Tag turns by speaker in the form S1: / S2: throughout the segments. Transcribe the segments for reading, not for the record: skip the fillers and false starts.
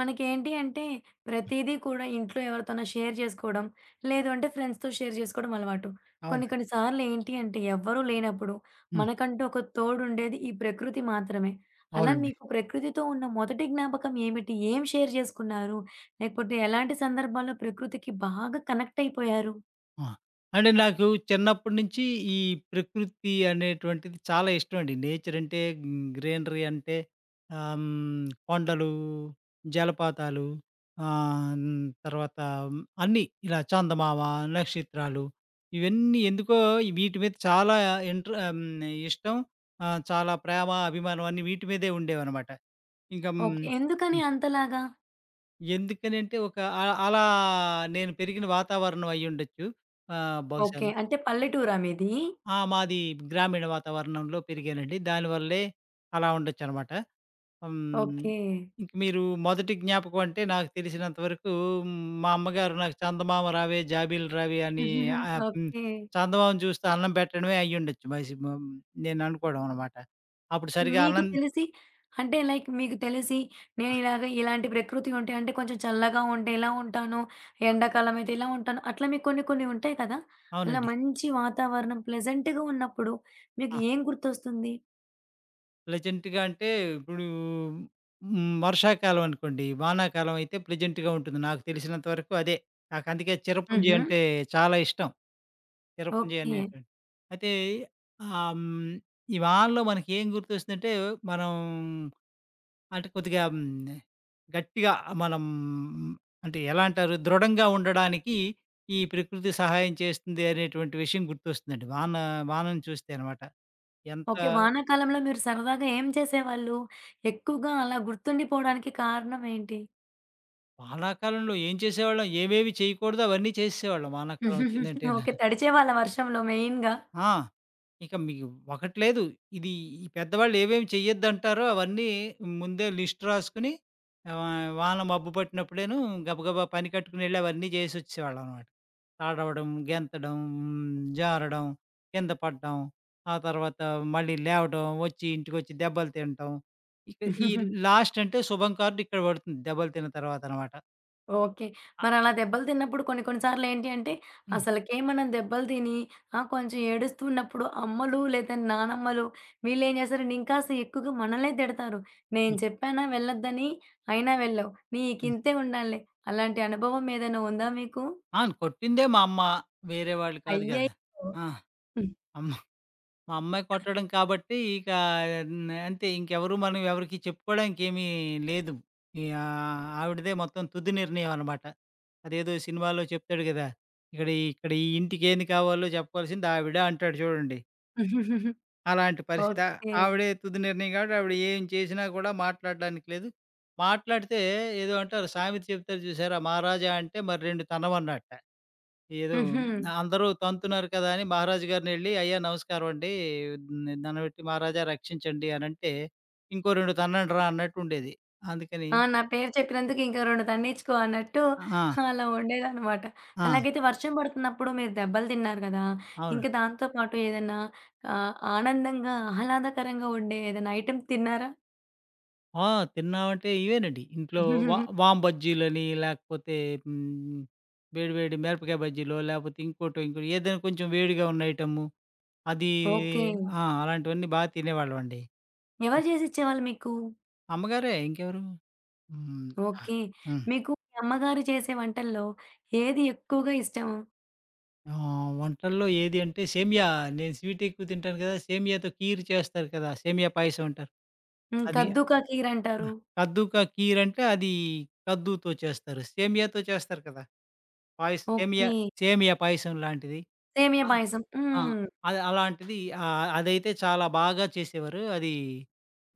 S1: మనకేంటి అంటే ప్రతీదీ కూడా ఇంట్లో ఎవరితోనో షేర్ చేసుకోవడం, లేదు అంటే ఫ్రెండ్స్‌తో షేర్ చేసుకోవడం అలవాటు. కొన్ని
S2: అవునండి.
S1: కొన్ని సార్లు ఏంటి అంటే ఎవ్వరూ లేనప్పుడు
S2: హ్మ్.
S1: మనకంటూ ఒక తోడుండేది ఈ ప్రకృతి మాత్రమే. అలా
S2: అవునండి.
S1: మీకు ప్రకృతితో ఉన్న మొదటి జ్ఞాపకం ఏమిటి? ఏం షేర్ చేసుకున్నారు? లేకపోతే ఎలాంటి సందర్భాల్లో ప్రకృతికి బాగా కనెక్ట్ అయిపోయారు?
S2: ఆ! అంటే నాకు చిన్నప్పటి నుంచి ఈ ప్రకృతి అనేటువంటిది చాలా ఇష్టమండి. నేచర్ అంటే గ్రీనరీ అంటే కొండలు, జలపాతాలు, తర్వాత అన్నీ ఇలా చందమామ, నక్షత్రాలు, ఇవన్నీ ఎందుకో వీటి మీద చాలా ఇంట్ర ఆహ్, హ్మ్, ఇష్టం. చాలా ప్రేమ, అభిమానం అన్నీ వీటి మీదే ఉండేవనమాట. ఇంకా
S1: ఓకే.
S2: హ్మ్.
S1: ఎందుకని అంతలాగా?
S2: ఎందుకనంటే ఒక అ అలా నేను పెరిగిన వాతావరణం అయ్యుండొచ్చు.
S1: ఓకే.
S2: బహుశాను.
S1: అంటే పల్లెటూరా మీది?
S2: ఆ! మాది గ్రామీణ వాతావరణంలో పెరిగానండి. దానివల్లే అలా ఉండొచ్చనమాట. హ్మ్.
S1: ఓకే.
S2: ఇంక మీరు మొదటి జ్ఞాపకం అంటే నాకు తెలిసినంత వరకు మ్, మా అమ్మగారు నాకు చందమామ రావే, జాబిలు రావే అని. ఆహ్, హ్మ్.
S1: ఓకే.
S2: చందమామను చూస్తూ అన్నం పెట్టడమే అయ్యుండొచ్చు మసి మ నేను అనుకోవడం అనమాట. అప్పుడు సరిగ్గా
S1: మీకు
S2: అన్నం.
S1: తెలిసి అంటే లైక్ మీకు తెలిసి నేనిలాగ ఇలాంటి ప్రకృతి ఉంటే అంటే కొంచెం చల్లగా ఉంటే ఇలా ఉంటాను. ఎండాకాలం అయితే ఇలా ఉంటాను. అట్లా మీకు కొన్ని కొన్ని ఉంటాయి కదా! అలా
S2: అవునండి.
S1: మంచి వాతావరణం ప్లెజెంట్‌గా ఉన్నప్పుడు మీకు
S2: ఆ!
S1: ఏం గుర్తొస్తుంది?
S2: ప్లెజెంట్‌గా అంటే ఇప్పుడు హ్మ్. వర్షాకాలం అనుకోండి, వానాకాలం అయితే ప్లెజెంట్‌గా ఉంటుంది. నాకు తెలిసినంత వరకు అదే. నాకు అందుకే చిరపుంజి
S1: హుహు.
S2: అంటే చాలా ఇష్టం. చిరపుంజి
S1: ఓకే.
S2: అనేటువంటి అయితే ఆహ్, హ్మ్. ఈ వానలో మనకేం గుర్తొస్తుందంటే మనం అంటే కొద్దిగా హ్మ్. గట్టిగా మనం అంటే ఎలా అంటారు? దృఢంగా ఉండడానికి ఈ ప్రకృతి సహాయం చేస్తుంది అనేటువంటి విషయం గుర్తొస్తుందండి. వానను చూస్తే అనమాట. ఎంత.
S1: ఓకే. వానాకాలంలో మీరు సరదాగా ఏం చేసేవాళ్ళు? ఎక్కువగా అలా గుర్తుండిపోవడానికి కారణం ఏంటి?
S2: వానాకాలంలో ఏం చేసేవాళ్ళం, ఏమేమి చేయకూడదో అవన్నీ చేసేసేవాళ్ళం వానాకాలం వచ్చిందంటేనా.
S1: ఓకే. తడిచేవాళ్ళా వర్షంలో మెయిన్‌గా?
S2: ఆ! ఇక మీకు ఒకటి లేదు. ఇది ఈ పెద్దవాళ్ళు ఏవేమి చెయ్యొద్దంటారో అవన్నీ ముందే లిస్ట్ రాసుకొని, వాన మబ్బు పట్టినప్పుడేను గబగబా పని కట్టుకునెళ్ళి అవన్నీ చేసొచ్చేవాళ్ళనమాట. తడవడం, గెంతడం, జారడం, కింద పడడం, ఆ తర్వాత మళ్ళీ లేవడం, వచ్చి ఇంటికొచ్చి దెబ్బలు తినటం. ఇక ఈ లాస్ట్ అంటే శుభం కార్డ్ ఇక్కడ పడుతుంది దెబ్బలు తిన్న తర్వాతనమాట.
S1: ఓకే.
S2: ఆ!
S1: మరలా దెబ్బలు తిన్నప్పుడు కొన్ని కొన్ని సార్లేంటి అంటే,
S2: హ్మ్.
S1: అసలకే మనం దెబ్బలు తిని కొంచెం ఏడుస్తున్నప్పుడు అమ్మలు లేదా నానమ్మలు వీళ్ళేం చేస్తారంటే ఇంకాస్త ఎక్కువగా మనల్నే తిడతారు.
S2: హ్మ్.
S1: నేను
S2: హ్మ్.
S1: చెప్పానా వెళ్ళొద్దని, అయినా వెళ్ళావు. నీకింతే ఉండాలిలే. అలాంటి అనుభవం ఏదైనా ఉందా మీకు?
S2: ఆ! కొట్టిందే మా అమ్మ. వేరే వాళ్ళు కాదు గదా!
S1: అయ్యయ్యో!
S2: ఆ! అమ్మ మా అమ్మే కొట్టడం కాబట్టి ఇక అంతే ఇంకెవరు మనం ఎవరికీ చెప్పుకోవడానికి ఏమీ లేదు. ఇగ ఆవిడదే మొత్తం తుది నిర్ణయం అనమాట. అదేదో సినిమాలో చెప్తాడు గదా! ఇక్కడ ఇక్కడ ఈ ఇంటికేంది కావాలో చెప్పాల్సింది ఆవిడ అంటాడు చూడండి. అలాంటి పరిస్థితి. ఆ
S1: ఓకే.
S2: ఆవిడే తుది నిర్ణయం కాబట్టి ఆవిడ ఏం చేసినా కూడా మాట్లాడడానికి లేదు. మాట్లాడితే ఏదో అంటారు సామెత చెప్తారు చూసారా మహారాజా అంటే మరి 2 తనవన్నట్ట. ఏదో
S1: హుహు.
S2: అందరూ తంతున్నారు కదా! అని మహారాజు గారినెళ్లి, "అయ్యా! నమస్కారం అండి. దండం పెట్టి మహారాజా రక్షించండి" అనంటే, "ఇంకో 2 తన్నండి రా" అన్నట్టుండేది. అందుకని
S1: ఆ! నా పేరు చెప్పినందుకు ఇంకో 2 తన్నించుకో అన్నట్టు
S2: ఆ!
S1: అలా వండేదనమాట.
S2: ఆ!
S1: అలాగైతే వర్షం పడుతున్నప్పుడు మీరు దెబ్బలు తిన్నారు గదా!
S2: అవును.
S1: ఇంకా దాంతో పాటు ఏదన్నా ఆనందంగా, ఆహ్లాదకరంగా ఉండే ఏదైనా ఐటెమ్ తిన్నారా?
S2: ఆ! తిన్నామంటే ఇవేనండి. ఇంట్లో వామ్ బజ్జీలని, లేకపోతే హ్మ్, వేడి వేడి మిరపకాయ బజ్జీలో, లేకపోతే ఇంకోటో, ఇంకోటో ఏదైనా కొంచెం వేడిగా ఉన్న ఐటెము అది.
S1: ఓకే.
S2: ఆ! అలాంటివన్నీ బా తినేవాళ్ళమండి.
S1: ఎవరు చేసిచ్చేవాళ్ళు మీకు?
S2: అమ్మగారే ఇంకెవరు? హ్మ్. ఆ!
S1: ఓకే.
S2: హ్మ్.
S1: మీకు మీ అమ్మగారు చేసే వంటల్లో ఏది ఎక్కువగా ఇష్టం?
S2: ఆ! వంటల్లో ఏది అంటే సేమియా. నేను స్వీట్ ఎక్కువ తింటాను కదా! సేమియాతో కీర్ చేస్తారు కదా! సేమియా పాయసం అంటారు.
S1: హ్మ్.
S2: అది
S1: కద్దు కా కీర్
S2: ఆ!
S1: అంటారు.
S2: కద్దు కా కీర్ అంటే అది కద్దుతో చేస్తారు. సేమియాతో చేస్తారు కదా! పాయస్ సేమియా
S1: ఓకే.
S2: సేమియా పాయసం లాంటిది.
S1: సేమియా
S2: ఆ!
S1: పాయసం.
S2: ఆ!
S1: హ్మ్.
S2: అది అలాంటిది. అదైతే చాలా బాగా చేసేవారు. అది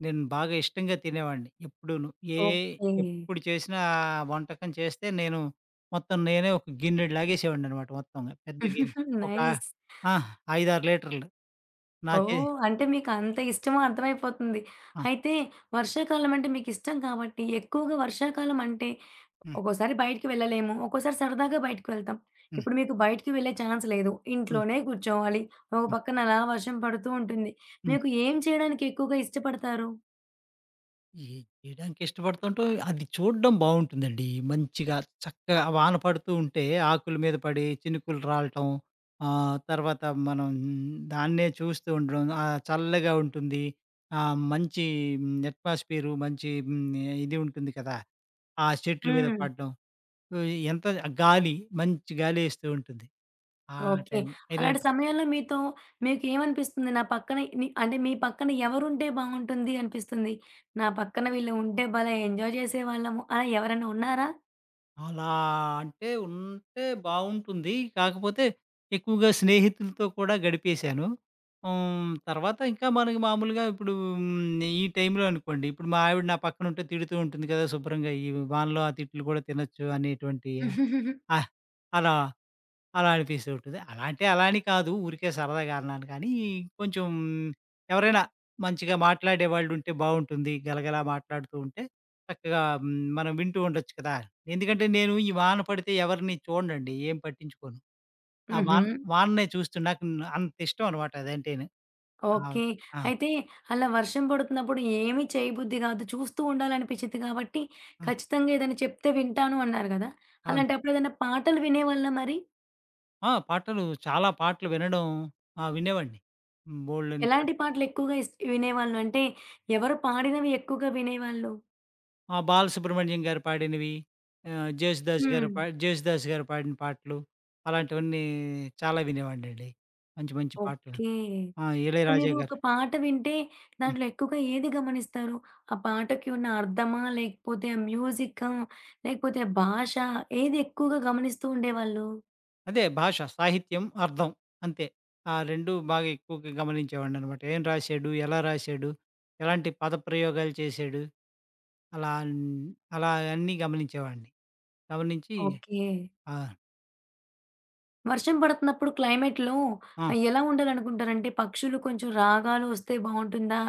S2: నేను బాగా ఇష్టంగా తినేవాడిని ఎప్పుడూను. ఏ
S1: ఓకే.
S2: ఎప్పుడు చేసినా వంటకం చేస్తే నేను మొత్తం నేనే ఒక గిన్నెడు లాగేసేవాడిననమాట మొత్తంగా. పెద్ద గిన్నె. ఒక
S1: నైస్.
S2: ఆ! 5, 6 లీటర్లు. నా
S1: ఓహ్!
S2: చే.
S1: అంటే మీకంత ఇష్టమో అర్థమైపోతుంది.
S2: ఆ!
S1: అయితే వర్షాకాలం అంటే మీకిష్టం కాబట్టి ఎక్కువగా వర్షాకాలం అంటే
S2: హ్మ్.
S1: ఒక్కోసారి బయటికి వెళ్ళలేము. ఒక్కోసారి సరదాగా బయటికి వెళ్తాం.
S2: హ్మ్.
S1: ఇప్పుడు మీకు బయటికి వెళ్ళే ఛాన్స్ లేదు.
S2: హ్మ్.
S1: ఇంట్లోనే కూర్చోవాలి. ఒక
S2: హ్మ్.
S1: పక్కన అలా వర్షం పడుతూ ఉంటుంది.
S2: హ్మ్.
S1: మీకు ఏం చేయడానికి ఎక్కువగా ఇష్టపడతారు?
S2: ఏ చేయడానికి ఇష్టపడుతుంటాం. అది చూడడం బావుంటుందండి. మంచిగా చక్కగా వాన పడుతూ ఉంటే ఆకుల మీద పడి చినుకులు రాలటం. తర్వాత మనం దాన్నే చూస్తూ ఉండడం. చల్లగా ఉంటుంది. మంచి అట్మాస్ఫియరు, మంచి హ్మ్, ఇది ఉంటుంది కదా! ఆ చెట్ల మీద
S1: హ్మ్.
S2: పడడం. ఉ, ఎంత గాలి, మంచి గాలేస్తూ ఉంటుంది. ఆ
S1: ఓకే.
S2: టైంలో
S1: అలాంటి
S2: ఇలాంటి
S1: సమయాల్లో మీతో మీకేమనిపిస్తుంది? నా పక్కన ని అంటే మీ పక్కన ఎవరుంటే బావుంటుంది అనిపిస్తుంది? నా పక్కన వీళ్ళు ఉంటే భలే ఎంజాయ్ చేసేవాళ్ళము అలా ఎవరైనా ఉన్నారా?
S2: అలా అంటే ఉంటే బావుంటుంది. కాకపోతే ఎక్కువగా స్నేహితులతో కూడా గడిపేశాను. హ్మ్. తర్వాత ఇంకా మనకి మామూలుగా ఇప్పుడు హ్మ్. ఈ టైంలో అనుకోండి, ఇప్పుడు మా ఆవిడ నా పక్కన ఉంటే తిడుతూ ఉంటుంది కదా! శుభ్రంగా ఈ వానలో ఆ తిట్లు కూడా తినొచ్చు అనేటువంటి, ఆహ్, అలా అలా అనిపిస్తూ ఉంటుంది. అలా అంటే అలా అని కాదు. ఊరికే సరదాగా అన్నాను కానీ, కొంచెం ఎవరైనా మంచిగా మాట్లాడేవాళ్ళుంటే బావుంటుంది. గలగలా మాట్లాడుతూ ఉంటే చక్కగా హ్మ్, మనం వింటూ ఉండొచ్చు కదా! ఎందుకంటే నేను ఈ వాన పడితే ఎవరిని చూడనండి. ఏం పట్టించుకోను. ఆ
S1: హుహు.
S2: వాన వాననే చూస్తూ నాకు అంత ఇష్టం అనమాట అదంటేను. ఆ!
S1: ఓకే.
S2: ఆ!
S1: అయితే అలా వర్షం పడుతున్నప్పుడు ఏమి చేయబుద్ధి గాదు. చూస్తూ ఉండాలనిపిచ్చిద్ది కాబట్టి
S2: ఆ!
S1: ఖచ్చితంగా ఏదైనా చెప్తే వింటాను అన్నారు గదా!
S2: అవును.
S1: అలాంటప్పుడు ఏదైనా పాటలు వినేవాళ్ళా మరి?
S2: ఆ! చాలా పాటలు వినడం. ఆ! వినేవాడిని. బోలెడన్ని
S1: ఎలాంటి
S2: పాటలు.
S1: పాటలు ఎక్కువగా వినేవాళ్ళు? అంటే ఎవరు పాడినవి ఎక్కువగా వినేవాళ్ళు?
S2: ఆ! 'బాలసుబ్రహ్మణ్యం' గారు పాడినవి,
S1: హ్మ్.
S2: 'జేసుదాసు' గారు పాడిన పాటలు, అలాంటివన్నీ చాలా వినేవాడినండి. మంచి మంచి పాటలు.
S1: ఓకే.
S2: ఆ!
S1: ఇప్పుడు మీరు
S2: 'ఇళయరాజా' గారు.
S1: ఒక పాట వింటే
S2: హ్మ్.
S1: దాంట్లో ఎక్కువగా ఏది గమనిస్తారు? ఆ పాటకి ఉన్న అర్థమా? లేకపోతే ఆ మ్యూజికా? లేకపోతే భాష ఏది ఎక్కువగా గమనిస్తూ ఉండేవాళ్ళు?
S2: అదే భాష, సాహిత్యం, అర్థం అంతే. ఆ 2 బాగా ఎక్కువగా గమనించేవాడిననమాట. ఏం రాశాడు? ఎలా రాశాడు? ఎలాంటి పద ప్రయోగాలు చేశాడు? అలా అన్ అలా అన్నీ గమనించేవాడిని. గమనించి
S1: ఓకే.
S2: ఆ!
S1: వర్షం పడుతున్నప్పుడు క్లైమేట్‌లో
S2: ఆ!
S1: ఎలా ఉండాలనుకుంటారంటే పక్షులు కొంచెం రాగాలు వస్తే బావుంటుందా?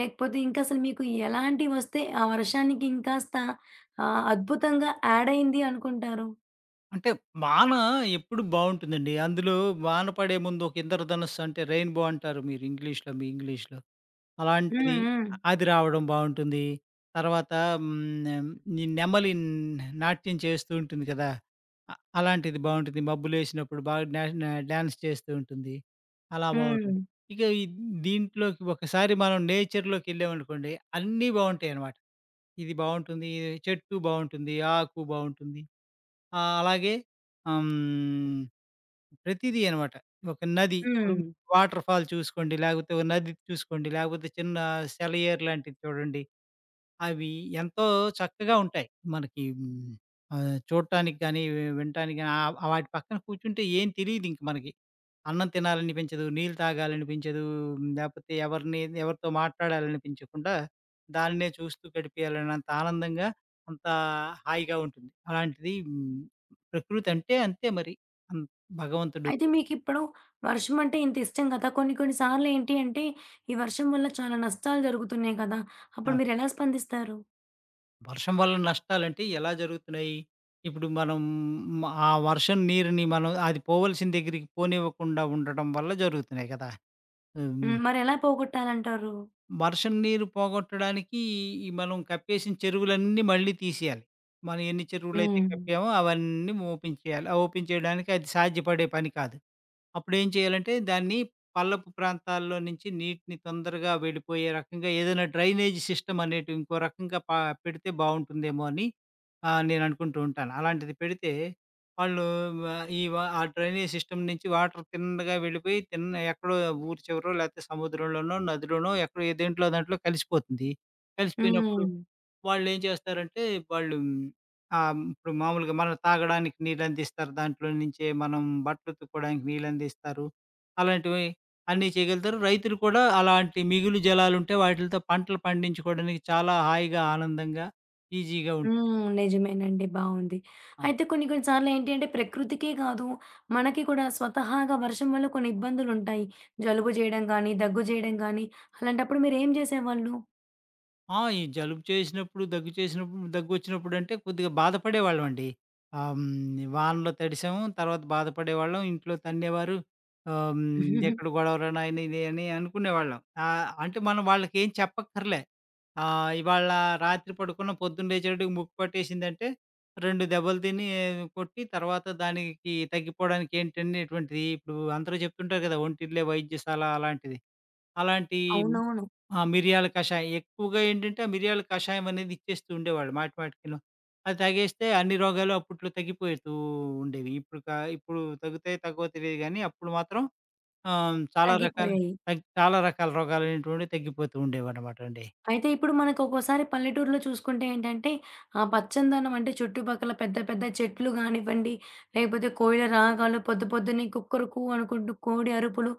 S1: లేకపోతే ఇంకా అసలు మీకు ఎలాంటివొస్తే ఆ వర్షానికి ఇంకాస్త అద్భుతంగా యాడ్ అయింది అనుకుంటారు?
S2: అంటే వాన ఎప్పుడు బావుంటుందండి. అందులో వాన పడే ముందు ఒక ఇంద్రధనుస్సు అంటే రెయిన్‌బో అంటారు మీరు ఇంగ్లీష్‌లో, మీ ఇంగ్లీష్‌లో.
S1: హ్మ్.
S2: అలాంటిది
S1: హ్మ్.
S2: అది రావడం బావుంటుంది. తర్వాత హ్మ్, ఈ నెమలి నాట్యం చేస్తూ ఉంటుంది కదా! అలాంటిది బావుంటుంది. మబ్బులేసినప్పుడు బాగా డా డా డాన్స్ చేస్తూ ఉంటుంది. అలా
S1: హ్మ్.
S2: బావుంటుంది. ఇక ఈ దీంట్లోకి ఒకసారి మనం నేచర్‌లోకెళ్ళామనుకోండి అన్నీ బావుంటాయనమాట. ఇది బావుంటుంది, చెట్టు బావుంటుంది, ఆకు బావుంటుంది. ఆ! అలాగే హ్మ్. ప్రతీదీ అనమాట. ఒక నది ఇప్పుడు
S1: హ్మ్.
S2: వాటర్ ఫాల్ చూసుకోండి, లేకపోతే ఓ నది చూసుకోండి, లేకపోతే చిన్న సెలయేరు లాంటిది చూడండి. అవి ఎంతో చక్కగా ఉంటాయి. మనకి హ్మ్. చూడటానికి గాని, వినటానికి గాని, వాటి పక్కన కూర్చుంటే ఏం తెలీదింక మనకి. అన్నం తినాలనిపించదు. నీళ్ళు తాగాలనిపించదు. లేపోతే ఎవరిని ఎవరితో మాట్లాడాలనిపించకుండా దాన్నే చూస్తూ గడిపేయాలన్నంత ఆనందంగా, అంత హాయిగా ఉంటుంది. అలాంటిది హ్మ్. ప్రకృతి అంటే అంతే మరి. అన్ భగవంతుడు.
S1: అయితే మీకిప్పుడు వర్షం అంటే ఇంత ఇష్టం కదా! కొన్ని కొన్ని సార్లు ఏంటి అంటే ఈ వర్షం వల్ల చాలా నష్టాలు జరుగుతున్నాయి కదా! అప్పుడు
S2: ఆ!
S1: మీరెలా స్పందిస్తారు?
S2: వర్షం వల్ల నష్టాలంటే ఎలా జరుగుతున్నాయి? ఇప్పుడు మనం ఆ వర్షం నీరుని మనం అది పోవలసిన దగ్గరికి పోనివ్వకుండా ఉండటం వల్ల జరుగుతున్నాయి కదా! హ్మ్.
S1: హ్మ్. మరెలా పోగొట్టాలంటారు?
S2: వర్షం నీరు పోగొట్టడానికి ఈ మనం కప్పేసిన చెరువులన్నీ మళ్ళీ తీసేయాలి. మనం ఎన్ని చెరువులైతే
S1: హ్మ్.
S2: కప్పామో అవన్నీ ఓపెన్ చేయాలి. ఆ ఓపెన్ చేయడానికి అది సాధ్యపడే పని కాదు. అప్పుడేం చేయాలంటే దాన్ని పల్లపు ప్రాంతాల్లో నుంచి నీటిని తొందరగా వెళ్ళిపోయే రకంగా ఏదైనా డ్రైనేజ్ సిస్టమ్ అనేటివి ఇంకో రకంగా పెడితే బావుంటుందేమో అని, నేను అనుకుంటూ ఉంటాను. అలాంటిది పెడితే వాళ్ళు వ ఈ వ ఆ డ్రైనేజ్ సిస్టమ్ నుంచి వాటర్ తిన్నగా వెళ్ళిపోయి తిన్న ఎక్కడో ఊరి చివరో లేతే సముద్రంలోనో, నదిలోనో ఎక్కడో ఏ దేంట్లో దాంట్లో కలిసిపోతుంది. కలిసిపోయినప్పుడు
S1: హ్మ్.
S2: వాళ్ళేం చేస్తారంటే, వాళ్ళు ఇప్పుడు మామూలుగా మనం తాగడానికి నీళ్ళందిస్తారు. దాంట్లో నుంచే మనం బట్టలు ఉతుక్కోవడానికి నీళ్ళందిస్తారు. అలాంటివి అన్నీ చేయగలుగుతారు. రైతులు కూడా అలాంటి మిగులు జలాలుంటే వాటిలతో పంటలు పండించుకోవడానికి చాలా హాయిగా, ఆనందంగా, ఈజీగా ఉంటుంది.
S1: హ్మ్. నిజమేనండి. బావుంది.
S2: ఆ!
S1: అయితే కొన్ని కొన్ని సార్లు ఏంటి అంటే ప్రకృతికే కాదు, మనకి కూడా స్వతహాగా వర్షం వల్ల కొన్ని ఇబ్బందులుంటాయి. జలుబు జేయడం గానీ, దగ్గు జేయడం గానీ అలాంటప్పుడు మీరేం జేసేవాళ్ళు?
S2: ఆ! ఈ జలుబు చేసినప్పుడు, దగ్గు చేసినప్పుడు, దగ్గొచ్చినప్పుడంటే కొద్దిగా బాధపడేవాళ్ళమండి. వానలో తడిసాము, తర్వాత బాధపడేవాళ్ళం. ఇంట్లో తన్నేవారు. ఎక్కడ గొడవరా నాయనా ఇది అని అనుకునేవాళ్ళం. అంటే మనం వాళ్ళకేం చెప్పక్కర్లే. ఇవాళ రాత్రి పడుకున్నాం, పొద్దున్న లేచేటప్పటికి ముక్కు పట్టేసిందంటే 2 దెబ్బలు తిని కొట్టి తర్వాత దానికి తగ్గిపోవడానికి ఏంటనేటువంటిది ఇప్పుడు అందరూ చెప్తుంటారు కదా! "ఒంటిల్లే వైద్యశాల" అలాంటిది. అలాంటి
S1: అవునవును.
S2: ఆ! మిరియాల కషాయం. ఎక్కువగా ఏంటంటే, ఆ మిరియాల కషాయం అనేది ఇచ్చేస్తూ ఉండేవాళ్ళు మాటి మాటికిను. అది తాగేస్తే అన్ని రోగాలు అప్పట్లో తగ్గిపోతూ ఉండేవి. ఇప్పుడు ఇప్పుడు తగ్గుతాయో తగ్గవో తెలీదు గానీ, అప్పుడు మాత్రం ఆహ్, చాలా రకాల
S1: తగ్గిపోయాయి.
S2: చాలా రకాల రోగాలనేటువంటివి తగ్గిపోతూ ఉండేవన్నమాట అండి.
S1: అయితే ఇప్పుడు మనకొక్కోసారి పల్లెటూరులో చూసుకుంటే ఏంటంటే, ఆ పచ్చందనం అంటే చుట్టుపక్కల పెద్ద పెద్ద చెట్లు గానివ్వండి, లేకపోతే కోయిల రాగాలు, పొద్దు పొద్దున్నే కుక్కరుకు అనుకుంటూ కోడి అరుపులు,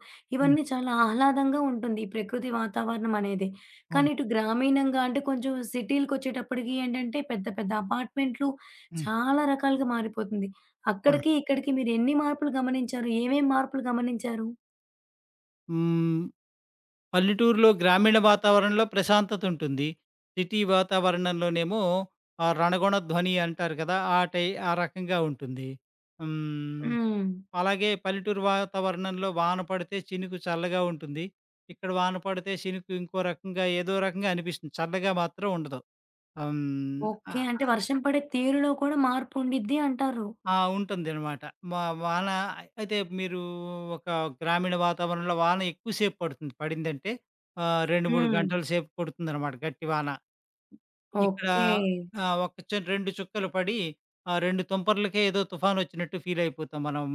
S2: హ్మ్.
S1: ఇవన్నీ చాలా ఆహ్లాదంగా ఉంటుంది ఈ ప్రకృతి వాతావరణం అనేది.
S2: అవును.
S1: కానీ ఇటు గ్రామీణంగా అంటే కొంచెం సిటీలకొచ్చేటప్పటికి ఏంటంటే పెద్ద పెద్ద అపార్ట్‌మెంట్లు
S2: హ్మ్.
S1: చాలా రకాలుగా మారిపోతుంది.
S2: అవును.
S1: అక్కడికి, ఇక్కడికి మీరెన్ని మార్పులు గమనించారు? ఏమేం మార్పులు గమనించారు?
S2: హ్మ్. పల్లెటూరులో గ్రామీణ వాతావరణంలో ప్రశాంతతుంటుంది. సిటీ వాతావరణంలోనేమో ఆ రణగొణ ధ్వని అంటారు కదా! ఆ రకంగా ఉంటుంది. హ్మ్.
S1: హ్మ్.
S2: అలాగే పల్లెటూరు వాతావరణంలో వాన పడితే చినుకు చల్లగా ఉంటుంది. ఇక్కడ వాన పడితే చినుకు ఇంకో రకంగా ఏదో రకంగా అనిపిస్తుంది. చల్లగా మాత్రం ఉండదు. ఆహ్, హ్మ్. ఆ!
S1: ఓకే. అంటే వర్షం పడే తీరులో కూడా మార్పు ఉండిద్ది అంటారు.
S2: ఆ! ఉంటుందనమాట. మా వాన అయితే మీరు ఒక గ్రామీణ వాతావరణంలో వాన ఎక్కువ సేపు పడుతుంది. పడిందంటే 2, 3
S1: హ్మ్.
S2: గంటల సేపు పడుతుందనమాట గట్టి వాన. ఇక్కడ
S1: ఓకే.
S2: ఒక చ 2 చుక్కలు పడి ఆ 2 తుంపర్లకే ఏదో తుఫానొచ్చినట్టు ఫీలయిపోతాం మనం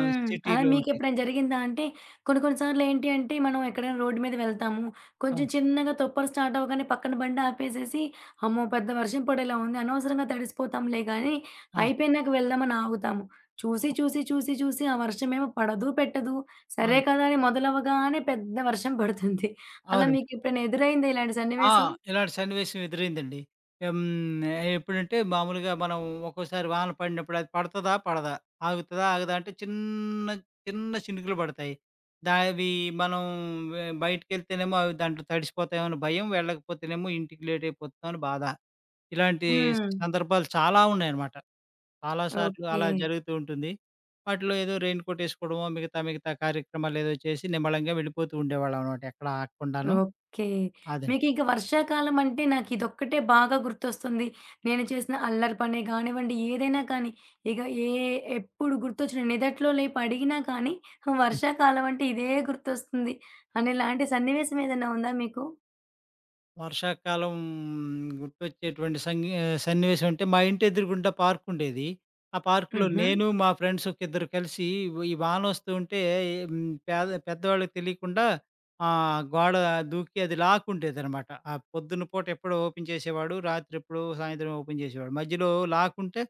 S1: అలా
S2: సిటీలో ఉంటే.
S1: మీకెప్పుడైనా జరిగిందా? అంటే కొన్ని కొన్ని సార్లు ఏంటి అంటే మనం ఎక్కడైనా రోడ్డు మీద వెళ్తాము. కొంచెం
S2: అవును.
S1: చిన్నగా తుప్పలు స్టార్ట్ అవ్వగానే పక్కన బండి ఆపేసేసి, అమ్మో! పెద్ద వర్షం పడేలా ఉంది. అనవసరంగా తడిసిపోతాంలే గానీ,
S2: ఆ!
S1: అయిపోయినాక వెళ్దామని ఆగుతాము. చూసి, చూసి, చూసి, చూసి ఆ వర్షమేమో పడదు, పెట్టదు. సరే
S2: అవును.
S1: కదా! అని మొదలవ్వగానే పెద్ద వర్షం పడుతుంది. అలా
S2: అవును.
S1: మీకెప్పుడైనా ఎదురైందా ఇలాంటి
S2: ఆ!
S1: సన్నివేశం?
S2: ఇలాంటి సన్నివేశం ఎదురైందండి. హ్మ్. ఎప్పుడంటే మామూలుగా మనం ఒక్కోసారి వాన పడినప్పుడు అది పడతదా? పడదా? ఆగుతదా? ఆగదా? అంటే చిన్న, చిన్న చినుకులు పడతాయి. దావి మనం బయటికెళ్తేనేమో అవి దాంట్లో తడిసిపోతామో అని భయం. వెళ్ళకపోతేనేమో ఇంటికి లేట్ అయిపోతుందో అని బాధ. ఇలాంటి
S1: హ్మ్.
S2: సందర్భాలు చాలా ఉన్నాయన్నమాట. చాలా సార్లు
S1: ఓకే.
S2: అలా జరుగుతూ ఉంటుంది. వాటిలో ఏదో రెయిన్‌కోట్ ఏసుకోవడమో, మిగతా కార్యక్రమాలేదో చేసి నిమ్మళంగా వెళ్ళిపోతూ ఉండేవాళ్ళం అన్నమాట. ఎక్కడ ఆగకుండాను.
S1: ఓకే.
S2: అదండి.
S1: మీకింక వర్షాకాలం అంటే నాకిదొక్కటే బాగా గుర్తొస్తుంది. నేను చేసిన అల్లరి పనే గానివ్వండి, ఏదైనా కానీ, ఇక ఏ ఎప్పుడు గుర్తొచ్చిన నిదట్లో లేపి అడిగినా కానీ, వర్షాకాలం అంటే ఇదే గుర్తొస్తుంది. అనేలాంటి సన్నివేశం ఏదైనా ఉందా మీకు?
S2: వర్షాకాలం గుర్తొచ్చేటువంటి సన్నివేశం అంటే, మా ఇంటి ఎదురుగుండా పార్క్ ఉండేది. ఆ పార్క్‌లో
S1: హుహు.
S2: నేను, మా ఫ్రెండ్స్ ఒక ఇద్దరు కలిసి ఈ వాన వస్తూ ఉంటే హ్మ్, పెద్దవాళ్ళకి తెలియకుండా, గోడ దూకి అది లాక్కుండేదనమాట. ఆ పొద్దున పూట ఎప్పుడో ఓపెన్ చేసేవాడు. రాత్రి ఎప్పుడో, సాయంత్రం ఓపెన్ చేసేవాడు. మధ్యలో లాక్కుంటే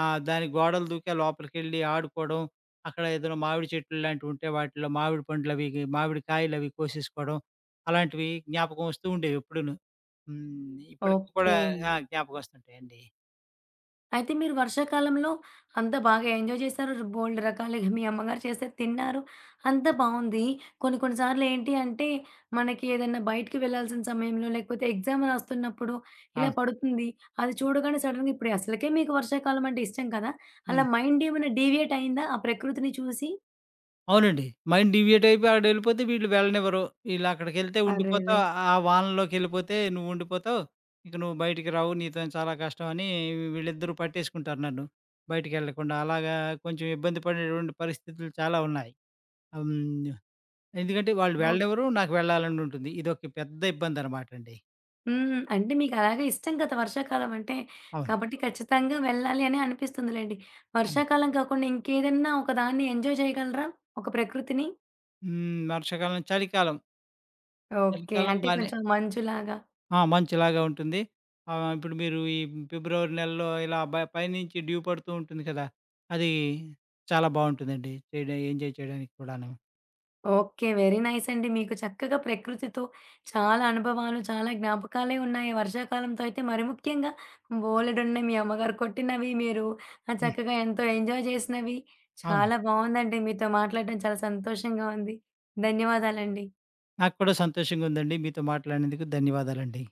S2: దాని గోడలు దూకి ఆ లోపలికెళ్ళి ఆడుకోవడం, అక్కడ ఏదైనా మామిడి చెట్లు లాంటివి ఉంటే వాటిలో మామిడి పండ్లవి, మామిడి కాయలవి కోసేసుకోవడం. అలాంటివి జ్ఞాపకం వస్తూ ఉండేవి ఎప్పుడూను. హ్మ్. ఇప్పటికి కూడా
S1: ఓకే.
S2: ఆ! జ్ఞాపకం వస్తుంటాయండి.
S1: అయితే మీరు వర్షాకాలంలో అంతా బాగా ఎంజాయ్ చేశారు. బోలెడు రకాలుగా మీ అమ్మగారు చేసేది తిన్నారు. అంతా
S2: ఆ!
S1: బావుంది. కొన్ని కొన్ని సార్లు ఏంటి అంటే, మనకి ఏదన్నా బయటికి వెళ్ళాల్సిన సమయంలో, లేకపోతే ఎగ్జామ్ రాస్తున్నప్పుడు ఇలా
S2: అవును.
S1: పడుతుంది. అది చూడగానే సడెన్‌గా ఇప్పుడు అసలకే మీకు వర్షాకాలం అంటే ఇష్టం కదా! అలా
S2: హ్మ్.
S1: మైండ్ ఏమైనా డీవియేట్ అయిందా ఆ ప్రకృతిని చూసి?
S2: అవునండి. మైండ్ డివియేట్ అయిపోయి ఆడెళ్ళిపోతే వీళ్ళు వెళ్ళనివ్వరు. ఈళ్ళక్కడికెళ్తే
S1: అరెరే!
S2: ఉండిపోతావు. ఆ వానలోకెళ్ళిపోతే నువ్వుండిపోతావు. ఇక నువ్వు బయటికి రావు. నీతోని చాలా కష్టం అని వీళ్ళిద్దరూ పట్టేసుకుంటారు నన్ను, బయటికెళ్ళకుండా. అలాగా కొంచెం ఇబ్బంది పడేటువంటి పరిస్థితులు చాలా ఉన్నాయి. హ్మ్. ఎందుకంటే వాళ్ళు
S1: ఓహ్!
S2: వెళ్ళనివ్వరు. నాకు వెళ్ళాలని ఉంటుంది. ఇదొక పెద్ద ఇబ్బందనమాటండి.
S1: హ్మ్. అంటే మీకలాగే ఇష్టం కదా! వర్షాకాలం అంటే.
S2: అవును.
S1: కాబట్టి ఖచ్చితంగా వెళ్ళాలి అని అనిపిస్తుందిలెండి.
S2: అవును.
S1: వర్షాకాలం కాకుండా ఇంకేదన్నా ఒకదాన్ని ఎంజాయ్ చేయగలరా? ఒక ప్రకృతిని?
S2: హ్మ్. వర్షాకాలం, చలికాలం.
S1: ఓకే.
S2: చలికాలం
S1: అంటే
S2: బానే
S1: కొంచెం మంచులాగా.
S2: ఆ! మంచులాగా ఉంటుంది. ఇప్పుడు మీరు ఈ ఫిబ్రవరి నెలలో ఇలా పైనుంచి డ్యూ పడుతూ ఉంటుంది కదా! అది చాలా బావుంటుందండి. ఎంజాయ్ చేయడానికి కూడాను.
S1: ఓకే. వెరీ నైస్ అండి. మీకు చక్కగా ప్రకృతితో చాలా అనుభవాలు, చాలా జ్ఞాపకాలే ఉన్నాయి. వర్షాకాలంతో అయితే మరి ముఖ్యంగా బోలెడున్నయి. మీ అమ్మగారు కొట్టినవి, మీరు
S2: హ్మ్.
S1: చక్కగా ఎంతో ఎంజాయ్ చేసినవి.
S2: అవునండి.
S1: చాలా బావుందండి. మీతో మాట్లాడడం చాలా సంతోషంగా ఉంది. ధన్యవాదాలండి.
S2: నాకు కూడా సంతోషంగా ఉందండి. మీతో మాట్లాడినందుకు ధన్యవాదాలండి.